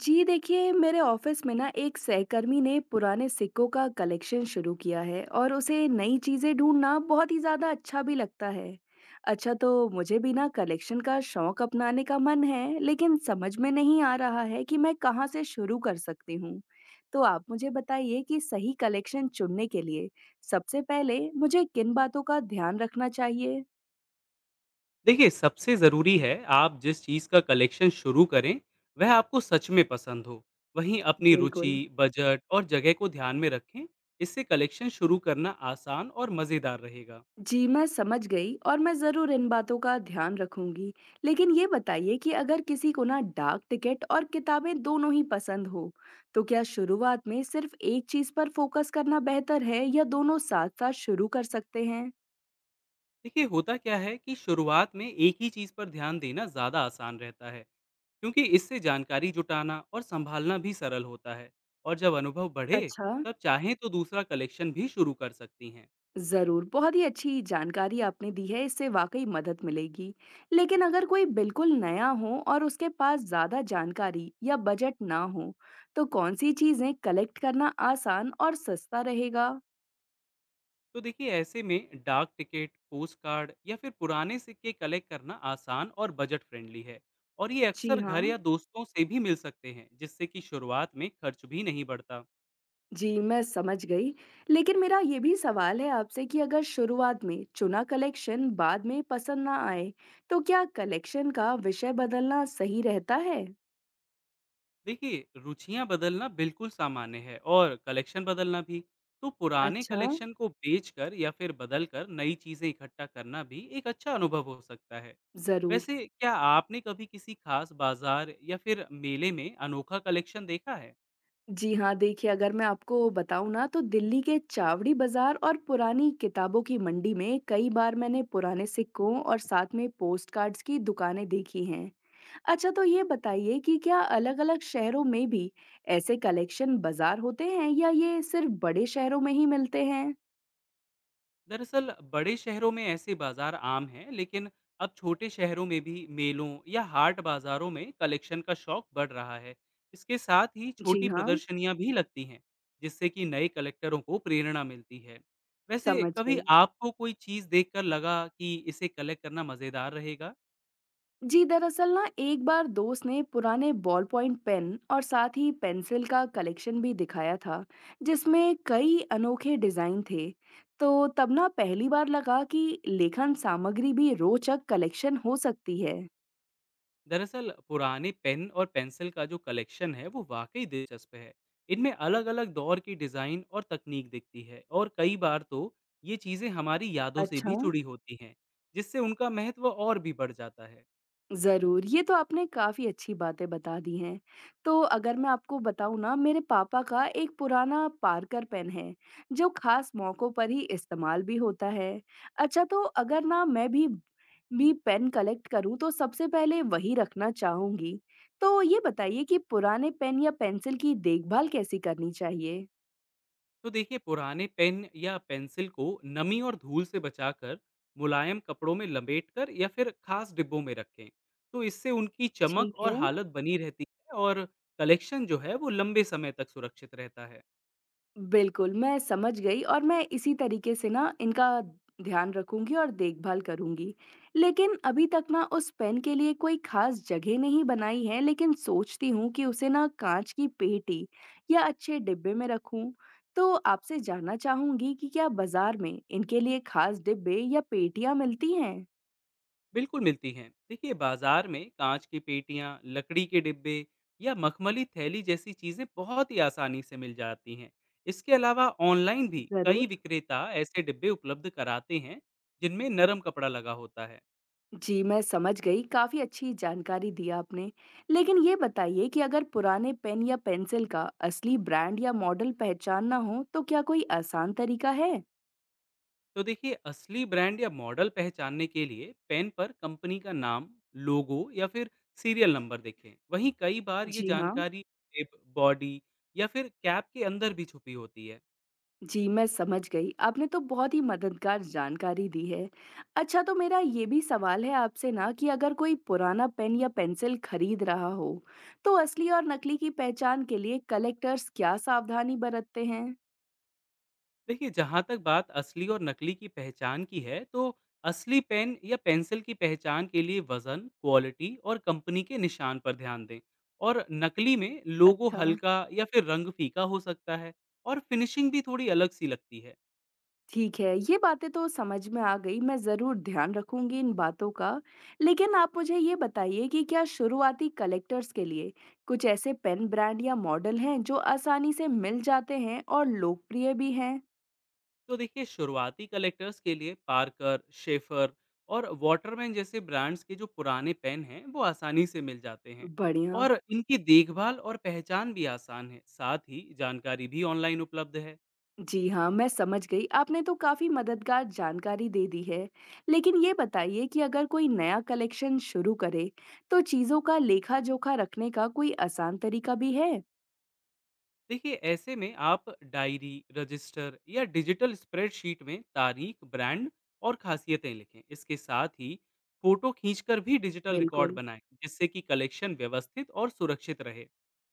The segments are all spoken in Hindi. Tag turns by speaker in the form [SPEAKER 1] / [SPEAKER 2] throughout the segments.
[SPEAKER 1] जी देखिए, मेरे ऑफिस में ना एक सहकर्मी ने पुराने सिक्कों का कलेक्शन शुरू किया है और उसे नई चीजें ढूंढना बहुत ही ज्यादा अच्छा भी लगता है। अच्छा, तो मुझे भी ना कलेक्शन का शौक अपनाने का मन है, लेकिन समझ में नहीं आ रहा है कि मैं कहाँ से शुरू कर सकती हूँ। तो आप मुझे बताइए कि सही कलेक्शन चुनने के लिए सबसे पहले मुझे किन बातों का ध्यान रखना चाहिए?
[SPEAKER 2] देखिए सबसे ज़रूरी है आप जिस चीज़ का कलेक्शन शुरू करें वह आपको सच में पसंद हो। वहीं अपनी रुचि,
[SPEAKER 1] बिल्कुल।
[SPEAKER 2] बजट और जगह को ध्यान में रखें। इससे कलेक्शन शुरू करना आसान और मज़ेदार रहेगा।
[SPEAKER 1] जी, मैं समझ गई और मैं ज़रूर इन बातों का ध्यान रखूंगी। लेकिन ये बताइए कि अगर किसी को ना डाक टिकट और किताबें दोनों ही पसंद हो, तो क्या शुरुआत में सिर्फ एक चीज़ पर फोकस करना बेहतर है या दोनों साथ-साथ शुरू कर सकते हैं?
[SPEAKER 2] देखिए होता क्या है कि शुरुआत में एक ही चीज़ पर ध्यान देना ज़्यादा आसान रहता है क्योंकि इससे जानकारी जुटाना और संभालना भी सरल होता है। और जब अनुभव बढ़े
[SPEAKER 1] अच्छा।
[SPEAKER 2] तब चाहें तो दूसरा कलेक्शन भी शुरू कर सकती हैं।
[SPEAKER 1] ज़रूर। बहुत ही अच्छी जानकारी आपने दी है, इससे वाकई मदद मिलेगी। लेकिन अगर कोई बिल्कुल नया हो और उसके पास ज़्यादा जानकारी या बजट ना हो, तो कौन सी चीज़ें कलेक्ट करना आसान और सस्ता रहेगा?
[SPEAKER 2] तो देखिए ऐसे में डाक टिकट पोस्ट कार्ड या फिर पुराने सिक्के कलेक्ट करना आसान और बजट फ्रेंडली है। और ये
[SPEAKER 1] जी
[SPEAKER 2] अक्सर
[SPEAKER 1] हाँ।
[SPEAKER 2] घर या दोस्तों से भी मिल सकते हैं, जिससे कि शुरुआत में खर्च भी नहीं बढ़ता।
[SPEAKER 1] जी, मैं समझ गई। लेकिन मेरा ये भी सवाल है आपसे कि अगर शुरुआत में चुना कलेक्शन बाद में पसंद ना आए, तो क्या कलेक्शन का विषय बदलना सही रहता है?
[SPEAKER 2] देखिए रुचियां बदलना बिल्कुल सामान्य है और कलेक्शन बदलना भी। तो पुराने
[SPEAKER 1] अच्छा।
[SPEAKER 2] कलेक्शन को बेचकर या फिर बदलकर नई चीजें इकट्ठा करना भी एक अच्छा अनुभव हो सकता है।
[SPEAKER 1] ज़रूर।
[SPEAKER 2] वैसे क्या आपने कभी किसी खास बाजार या फिर मेले में अनोखा कलेक्शन देखा है?
[SPEAKER 1] जी हाँ, देखिए, अगर मैं आपको बताऊँ ना, तो दिल्ली के चावड़ी बाज़ार और पुरानी किताबों की मंडी में कई बार मैंने पुराने सिक्कों और साथ में पोस्टकार्ड्स की दुकानें देखी हैं। अच्छा, तो ये बताइए कि क्या अलग-अलग शहरों में भी ऐसे कलेक्शन बाजार होते हैं या ये सिर्फ बड़े शहरों में ही मिलते हैं?
[SPEAKER 2] दरअसल बड़े शहरों में ऐसे बाजार आम हैं, लेकिन अब छोटे शहरों में भी मेलों या हाट बाजारों में कलेक्शन का शौक बढ़ रहा है। इसके साथ ही
[SPEAKER 1] जी
[SPEAKER 2] छोटी
[SPEAKER 1] हाँ।
[SPEAKER 2] प्रदर्शनियां भी लगती हैं, जिससे कि नए कलेक्टरों को प्रेरणा मिलती है। वैसे
[SPEAKER 1] समझ
[SPEAKER 2] कभी
[SPEAKER 1] गई।
[SPEAKER 2] आपको कोई चीज़ देखकर लगा कि इसे कलेक्ट करना मज़ेदार रहेगा?
[SPEAKER 1] जी, दरअसल ना एक बार दोस्त ने पुराने बॉल पॉइंट पेन और साथ ही पेंसिल का कलेक्शन भी दिखाया था, जिसमें कई अनोखे डिजाइन थे। तो तब ना पहली बार लगा कि लेखन सामग्री भी रोचक कलेक्शन हो सकती है।
[SPEAKER 2] दरअसल पुराने पेन और पेंसिल का जो कलेक्शन है, वो वाकई दिलचस्प है। इनमें अलग अलग दौर की डिज़ाइन और तकनीक दिखती है और कई बार तो ये चीज़ें हमारी यादों से
[SPEAKER 1] अच्छा।
[SPEAKER 2] भी जुड़ी होती हैं, जिससे उनका महत्व और भी बढ़ जाता है।
[SPEAKER 1] ज़रूर, ये तो आपने काफ़ी अच्छी बातें बता दी हैं। तो अगर मैं आपको बताऊँ ना, मेरे पापा का एक पुराना पार्कर पेन है, जो ख़ास मौकों पर ही इस्तेमाल भी होता है। अच्छा, तो अगर ना मैं भी पेन कलेक्ट करूँ, तो सबसे पहले वही रखना चाहूँगी। तो ये बताइए कि पुराने पेन या पेंसिल की देखभाल कैसी करनी चाहिए?
[SPEAKER 2] तो देखिए पुराने पेन या पेंसिल को नमी और धूल से बचाकर मुलायम कपड़ों में लपेटकर या फिर खास डिब्बों में रखें। तो इससे उनकी चमक
[SPEAKER 1] ठीक
[SPEAKER 2] और
[SPEAKER 1] है।
[SPEAKER 2] हालत बनी रहती है और कलेक्शन जो है वो लंबे समय तक सुरक्षित रहता है।
[SPEAKER 1] बिल्कुल, मैं समझ गई और मैं इसी तरीके से ना इनका ध्यान रखूंगी और देखभाल करूंगी। लेकिन अभी तक ना उस पेन के लिए कोई खास जगह नहीं बनाई है, लेकिन सोचती हूँ कि उसे ना कांच की पेटी या अच्छे डिब्बे में रखूं। तो आपसे जानना चाहूंगी कि क्या बाजार में इनके लिए खास डिब्बे या पेटियां मिलती हैं?
[SPEAKER 2] बिल्कुल मिलती हैं। देखिए बाजार में कांच की पेटियां, लकड़ी के डिब्बे या मखमली थैली जैसी चीजें बहुत ही आसानी से मिल जाती हैं। इसके अलावा ऑनलाइन भी कई
[SPEAKER 1] जरूर।
[SPEAKER 2] विक्रेता ऐसे डिब्बे उपलब्ध कराते हैं, जिनमें नरम कपड़ा लगा होता है।
[SPEAKER 1] जी, मैं समझ गई। काफ़ी अच्छी जानकारी दी आपने। लेकिन ये बताइए कि अगर पुराने पेन या पेंसिल का असली ब्रांड या मॉडल पहचानना हो, तो क्या कोई आसान तरीका है?
[SPEAKER 2] तो देखिए असली ब्रांड या मॉडल पहचानने के लिए पेन पर कंपनी का नाम, लोगो या फिर सीरियल नंबर देखें। वहीं कई बार ये
[SPEAKER 1] जी हाँ।
[SPEAKER 2] जानकारी बॉडी या फिर कैप के अंदर भी छुपी होती है।
[SPEAKER 1] जी, मैं समझ गई। आपने तो बहुत ही मददगार जानकारी दी है। अच्छा, तो मेरा ये भी सवाल है आपसे ना, कि अगर कोई पुराना पेन या पेंसिल खरीद रहा हो, तो असली और नकली की पहचान के लिए कलेक्टर्स क्या सावधानी बरतते हैं?
[SPEAKER 2] देखिए, जहाँ तक बात असली और नकली की पहचान की है, तो असली पेन या पेंसिल की पहचान के लिए वज़न, क्वालिटी और कंपनी के निशान पर ध्यान दें। और नकली में लोगो
[SPEAKER 1] अच्छा।
[SPEAKER 2] हल्का या फिर रंग फीका हो सकता है और फिनिशिंग भी थोड़ी अलग-सी लगती है।
[SPEAKER 1] ठीक है, ये बातें तो समझ में आ गई, मैं ज़रूर ध्यान रखूँगी इन बातों का। लेकिन आप मुझे ये बताइए कि क्या शुरुआती कलेक्टर्स के लिए कुछ ऐसे पेन ब्रांड या मॉडल हैं जो आसानी से मिल जाते हैं और लोकप्रिय भी हैं?
[SPEAKER 2] तो देखिए, शुरुआती कलेक्टर्स के लिए पार्कर, शेफर और वाटरमैन जैसे ब्रांड्स के जो पुराने पेन हैं, वो आसानी से मिल जाते हैं
[SPEAKER 1] बढ़िया।
[SPEAKER 2] और इनकी देखभाल और पहचान भी आसान है। साथ ही जानकारी भी ऑनलाइन उपलब्ध है।
[SPEAKER 1] जी हाँ, मैं समझ गई। आपने तो काफ़ी मददगार जानकारी दे दी है। लेकिन ये बताइए कि अगर कोई नया कलेक्शन शुरू करे, तो चीज़ों का लेखा-जोखा रखने का कोई आसान तरीका भी है?
[SPEAKER 2] देखिए ऐसे में आप डायरी रजिस्टर या डिजिटल स्प्रेडशीट में तारीख, ब्रांड और खासियतें लिखें। इसके साथ ही फोटो खींचकर भी डिजिटल रिकॉर्ड
[SPEAKER 1] बिल्कुल।
[SPEAKER 2] बनाएं, जिससे कि कलेक्शन व्यवस्थित और सुरक्षित रहे।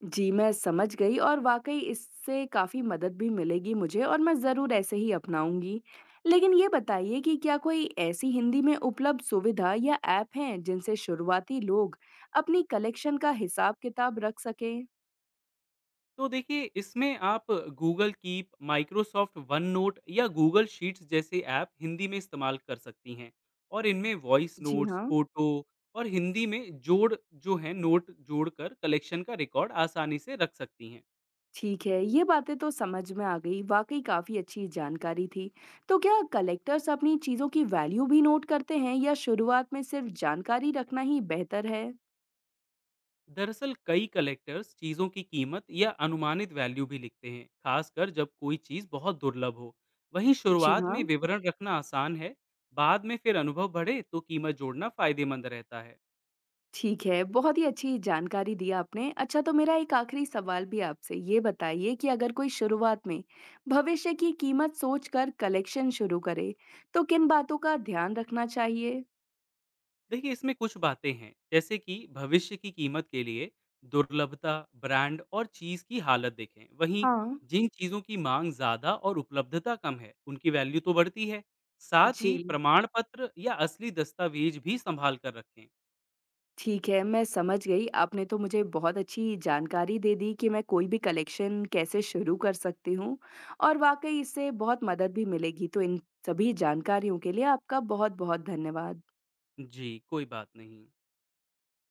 [SPEAKER 1] जी, मैं समझ गई और वाक़ई इससे काफ़ी मदद भी मिलेगी मुझे और मैं ज़रूर ऐसे ही अपनाऊँगी। लेकिन ये बताइए कि क्या कोई ऐसी हिंदी में उपलब्ध सुविधा या ऐप हैं जिनसे शुरुआती लोग अपनी कलेक्शन का हिसाब-किताब रख सकें?
[SPEAKER 2] तो देखिए इसमें आप Google Keep, Microsoft OneNote या गूगल शीट्स जैसे ऐप हिंदी में इस्तेमाल कर सकती हैं और इनमें वॉइस
[SPEAKER 1] जी
[SPEAKER 2] नोट्स,
[SPEAKER 1] हाँ।
[SPEAKER 2] फोटो और हिंदी में जोड़ जो है नोट जोड़कर कलेक्शन का रिकॉर्ड आसानी से रख सकती हैं।
[SPEAKER 1] ठीक है, ये बातें तो समझ में आ गई, वाक़ई काफ़ी अच्छी जानकारी थी। तो क्या कलेक्टर्स अपनी चीज़ों की वैल्यू भी नोट करते हैं या शुरुआत में सिर्फ जानकारी रखना ही बेहतर है?
[SPEAKER 2] दरअसल कई कलेक्टर्स चीज़ों की कीमत या अनुमानित वैल्यू भी लिखते हैं, खासकर जब कोई चीज़ बहुत दुर्लभ हो। वहीं
[SPEAKER 1] जी
[SPEAKER 2] शुरुआत में
[SPEAKER 1] हाँ।
[SPEAKER 2] विवरण रखना आसान है, बाद में फिर अनुभव बढ़े तो कीमत जोड़ना फायदेमंद रहता है।
[SPEAKER 1] ठीक है, बहुत ही अच्छी जानकारी दी आपने। अच्छा, तो मेरा एक आखिरी सवाल भी आपसे, ये बताइए कि अगर कोई शुरुआत में भविष्य की कीमत सोचकर कलेक्शन शुरू करे, तो किन बातों का ध्यान रखना चाहिए?
[SPEAKER 2] देखिए इसमें कुछ बातें हैं, जैसे कि भविष्य की कीमत के लिए दुर्लभता, ब्रांड और चीज़ की हालत देखें। वहीं
[SPEAKER 1] हाँ।
[SPEAKER 2] जिन चीज़ों की मांग ज़्यादा और उपलब्धता कम है, उनकी वैल्यू तो बढ़ती है। साथ ही
[SPEAKER 1] जी,
[SPEAKER 2] प्रमाण पत्र या असली दस्तावेज भी संभाल कर रखें।
[SPEAKER 1] ठीक है, मैं समझ गई। आपने तो मुझे बहुत अच्छी जानकारी दे दी कि मैं कोई भी कलेक्शन कैसे शुरू कर सकती हूँ और वाक़ई इससे बहुत मदद भी मिलेगी। तो इन सभी जानकारियों के लिए आपका बहुत-बहुत धन्यवाद।
[SPEAKER 2] जी, कोई बात नहीं।